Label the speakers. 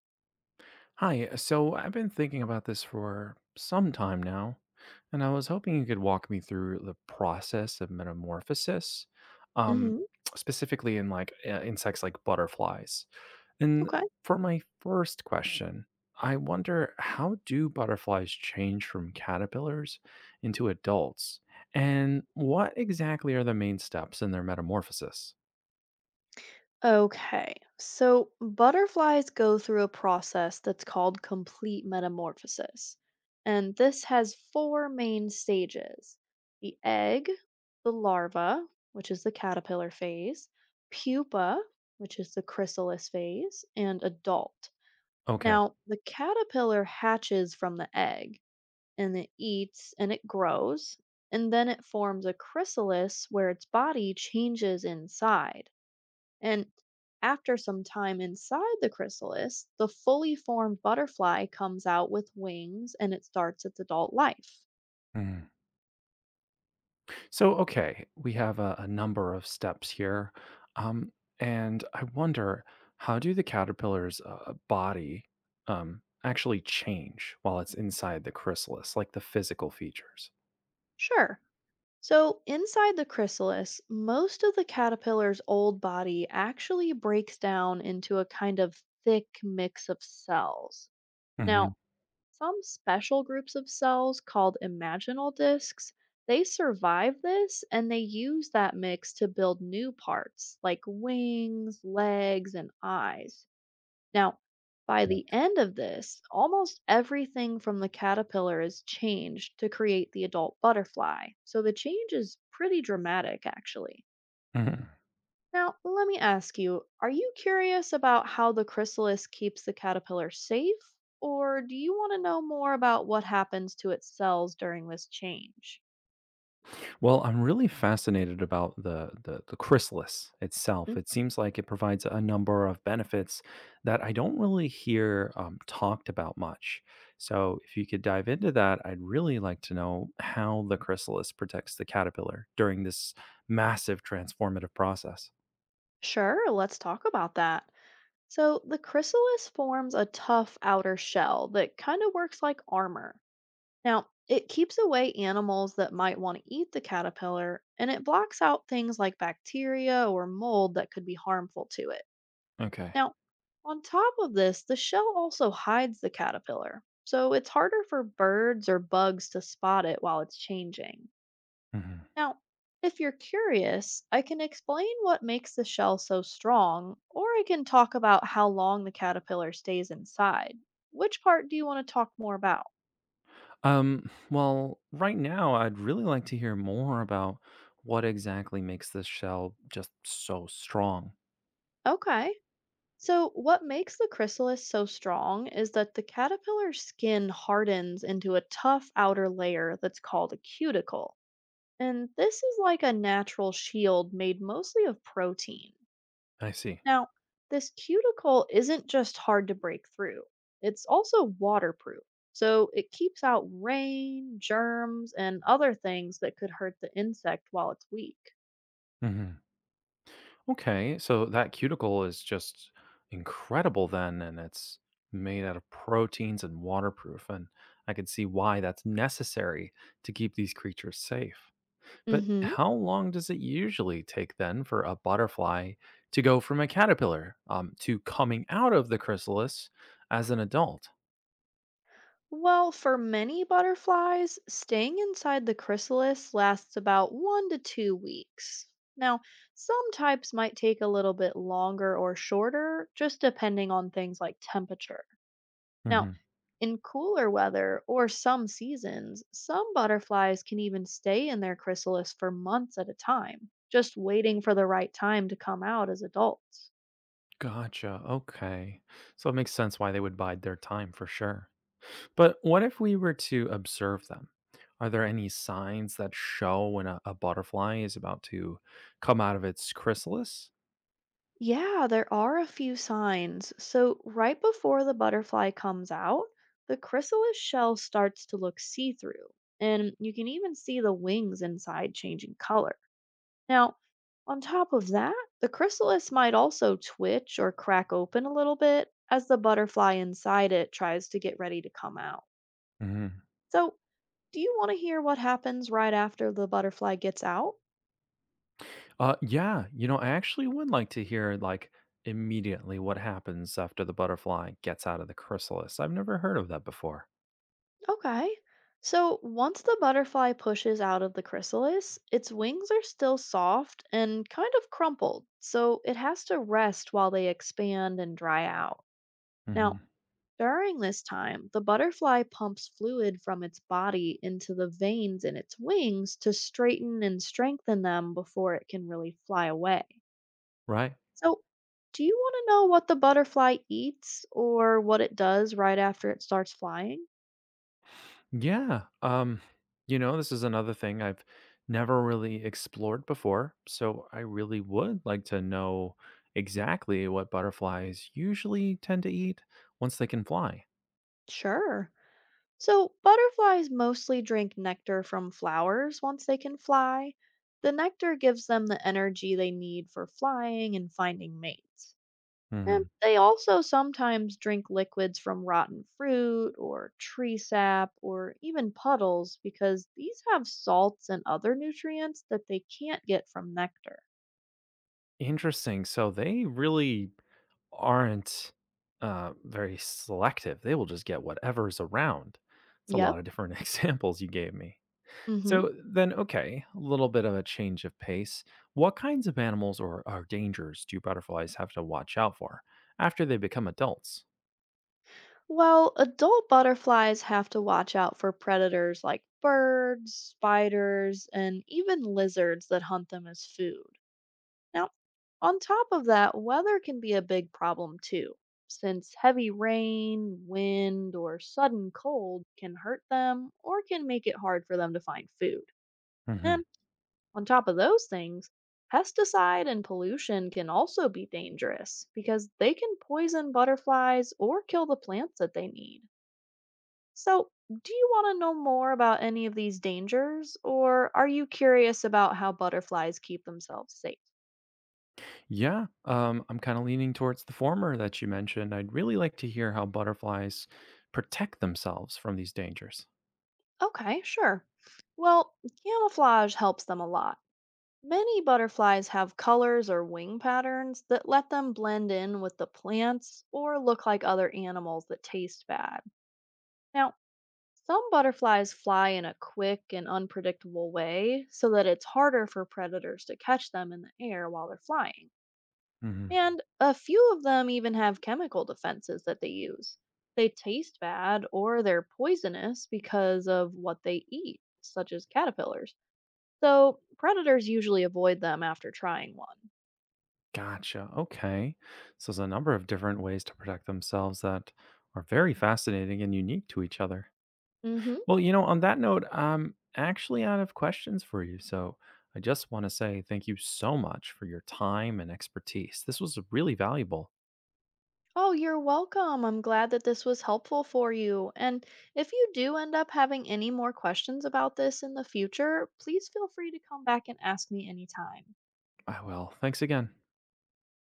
Speaker 1: Hi, so I've been thinking about this for some time now, and I was hoping you could walk me through the process of metamorphosis, um,
Speaker 2: Mm-hmm.
Speaker 1: specifically in like insects like butterflies. And
Speaker 2: Okay.
Speaker 1: for my first question, I wonder, how do butterflies change from caterpillars into adults? And what exactly are the main steps in their metamorphosis?
Speaker 2: Okay. So butterflies go through a process that's called complete metamorphosis. And this has four main stages: the egg, the larva, which is the caterpillar phase, pupa, which is the chrysalis phase, and adult.
Speaker 1: Okay.
Speaker 2: Now, the caterpillar hatches from the egg, and it eats and it grows, and then it forms a chrysalis where its body changes inside. And after some time inside the chrysalis, the fully formed butterfly comes out with wings and it starts its adult life.
Speaker 1: So, okay, we have a number of steps here. Um, and I wonder, how do the caterpillar's body actually change while it's inside the chrysalis, like the physical features?
Speaker 2: Sure. So, inside the chrysalis, most of the caterpillar's old body actually breaks down into a kind of thick mix of cells. Now, some special groups of cells called imaginal discs, they survive this and they use that mix to build new parts like wings, legs, and eyes. Now, by the end of this, almost everything from the caterpillar is changed to create the adult butterfly. So the change is pretty dramatic, actually.
Speaker 1: hmm
Speaker 2: Now, let me ask you, are you curious about how the chrysalis keeps the caterpillar safe, or do you want to know more about what happens to its cells during this change?
Speaker 1: Well, I'm really fascinated about the chrysalis itself.
Speaker 2: Mm,
Speaker 1: It seems like it provides a number of benefits that I don't really hear talked about much. So, if you could dive into that, I'd really like to know how the chrysalis protects the caterpillar during this massive transformative process.
Speaker 2: sure, let's talk about that. So, the chrysalis forms a tough outer shell that kind of works like armor. Now, it keeps away animals that might want to eat the caterpillar, and it blocks out things like bacteria or mold that could be harmful to it.
Speaker 1: Okay.
Speaker 2: Now, on top of this, the shell also hides the caterpillar, so it's harder for birds or bugs to spot it while it's changing.
Speaker 1: Mhm.
Speaker 2: Now, if you're curious, I can explain what makes the shell so strong, or I can talk about how long the caterpillar stays inside. Which part do you want to talk more about?
Speaker 1: Well, right now, I'd really like to hear more about what exactly makes this shell just so strong.
Speaker 2: Okay. So, what makes the chrysalis so strong is that the caterpillar's skin hardens into a tough outer layer that's called a cuticle. And this is like a natural shield made mostly of protein.
Speaker 1: I see.
Speaker 2: Now, this cuticle isn't just hard to break through, it's also waterproof. So it keeps out rain, germs, and other things that could hurt the insect while it's weak.
Speaker 1: Mhm. Okay, so that cuticle is just incredible then, and it's made out of proteins and waterproof, and I could see why that's necessary to keep these creatures safe. But
Speaker 2: Hmm.
Speaker 1: how long does it usually take then for a butterfly to go from a caterpillar to coming out of the chrysalis as an adult?
Speaker 2: Well, for many butterflies, staying inside the chrysalis lasts about 1 to 2 weeks. Now, some types might take a little bit longer or shorter, just depending on things like temperature. Now,
Speaker 1: hmm
Speaker 2: in cooler weather or some seasons, some butterflies can even stay in their chrysalis for months at a time, just waiting for the right time to come out as adults.
Speaker 1: Gotcha. Okay. So it makes sense why they would bide their time for sure. But what if we were to observe them? Are there any signs that show when a butterfly is about to come out of its chrysalis?
Speaker 2: Yeah, there are a few signs. So, right before the butterfly comes out, the chrysalis shell starts to look see through, and you can even see the wings inside changing color. Now, on top of that, the chrysalis might also twitch or crack open a little bit as the butterfly inside it tries to get ready to come out.
Speaker 1: hmm
Speaker 2: So, do you want to hear what happens right after the butterfly gets out?
Speaker 1: Yeah, you know, I actually would like to hear, like, immediately what happens after the butterfly gets out of the chrysalis. I've never heard of that before.
Speaker 2: Okay. So, once the butterfly pushes out of the chrysalis, its wings are still soft and kind of crumpled, so it has to rest while they expand and dry out. Now,
Speaker 1: hmm
Speaker 2: during this time, the butterfly pumps fluid from its body into the veins in its wings to straighten and strengthen them before it can really fly away.
Speaker 1: Right.
Speaker 2: So, do you want to know what the butterfly eats or what it does right after it starts flying?
Speaker 1: Yeah. You know, this is another thing I've never really explored before. So I really would like to know exactly what butterflies usually tend to eat once they can fly.
Speaker 2: Sure. So, butterflies mostly drink nectar from flowers once they can fly. The nectar gives them the energy they need for flying and finding mates. And
Speaker 1: Hmm.
Speaker 2: they also sometimes drink liquids from rotten fruit or tree sap or even puddles because these have salts and other nutrients that they can't get from nectar.
Speaker 1: Interesting. So they really aren't very selective, they will just get whatever's around. It's a
Speaker 2: Yep.
Speaker 1: lot of different examples you gave me.
Speaker 2: Hmm.
Speaker 1: So then, okay, a little bit of a change of pace. What kinds of animals or dangers do butterflies have to watch out for after they become adults?
Speaker 2: Well, adult butterflies have to watch out for predators like birds, spiders, and even lizards that hunt them as food. Now, on top of that, weather can be a big problem too, since heavy rain, wind, or sudden cold can hurt them or can make it hard for them to find food.
Speaker 1: hmm
Speaker 2: And on top of those things, pesticide and pollution can also be dangerous because they can poison butterflies or kill the plants that they need. So, do you want to know more about any of these dangers, or are you curious about how butterflies keep themselves safe?
Speaker 1: Yeah, I'm kind of leaning towards the former that you mentioned. I'd really like to hear how butterflies protect themselves from these dangers.
Speaker 2: Okay, sure. Well, camouflage helps them a lot. Many butterflies have colors or wing patterns that let them blend in with the plants or look like other animals that taste bad. Now, some butterflies fly in a quick and unpredictable way so that it's harder for predators to catch them in the air while they're flying.
Speaker 1: hmm
Speaker 2: And a few of them even have chemical defenses that they use. They taste bad or they're poisonous because of what they eat, such as caterpillars. So predators usually avoid them after trying one.
Speaker 1: Gotcha. Okay. So there's a number of different ways to protect themselves that are very fascinating and unique to each other.
Speaker 2: Mhm.
Speaker 1: Well, you know, on that note, I'm actually out of questions for you. So I just want to say thank you so much for your time and expertise. This was really valuable.
Speaker 2: Oh, you're welcome. I'm glad that this was helpful for you. And if you do end up having any more questions about this in the future, please feel free to come back and ask me anytime.
Speaker 1: Ah, well, thanks again.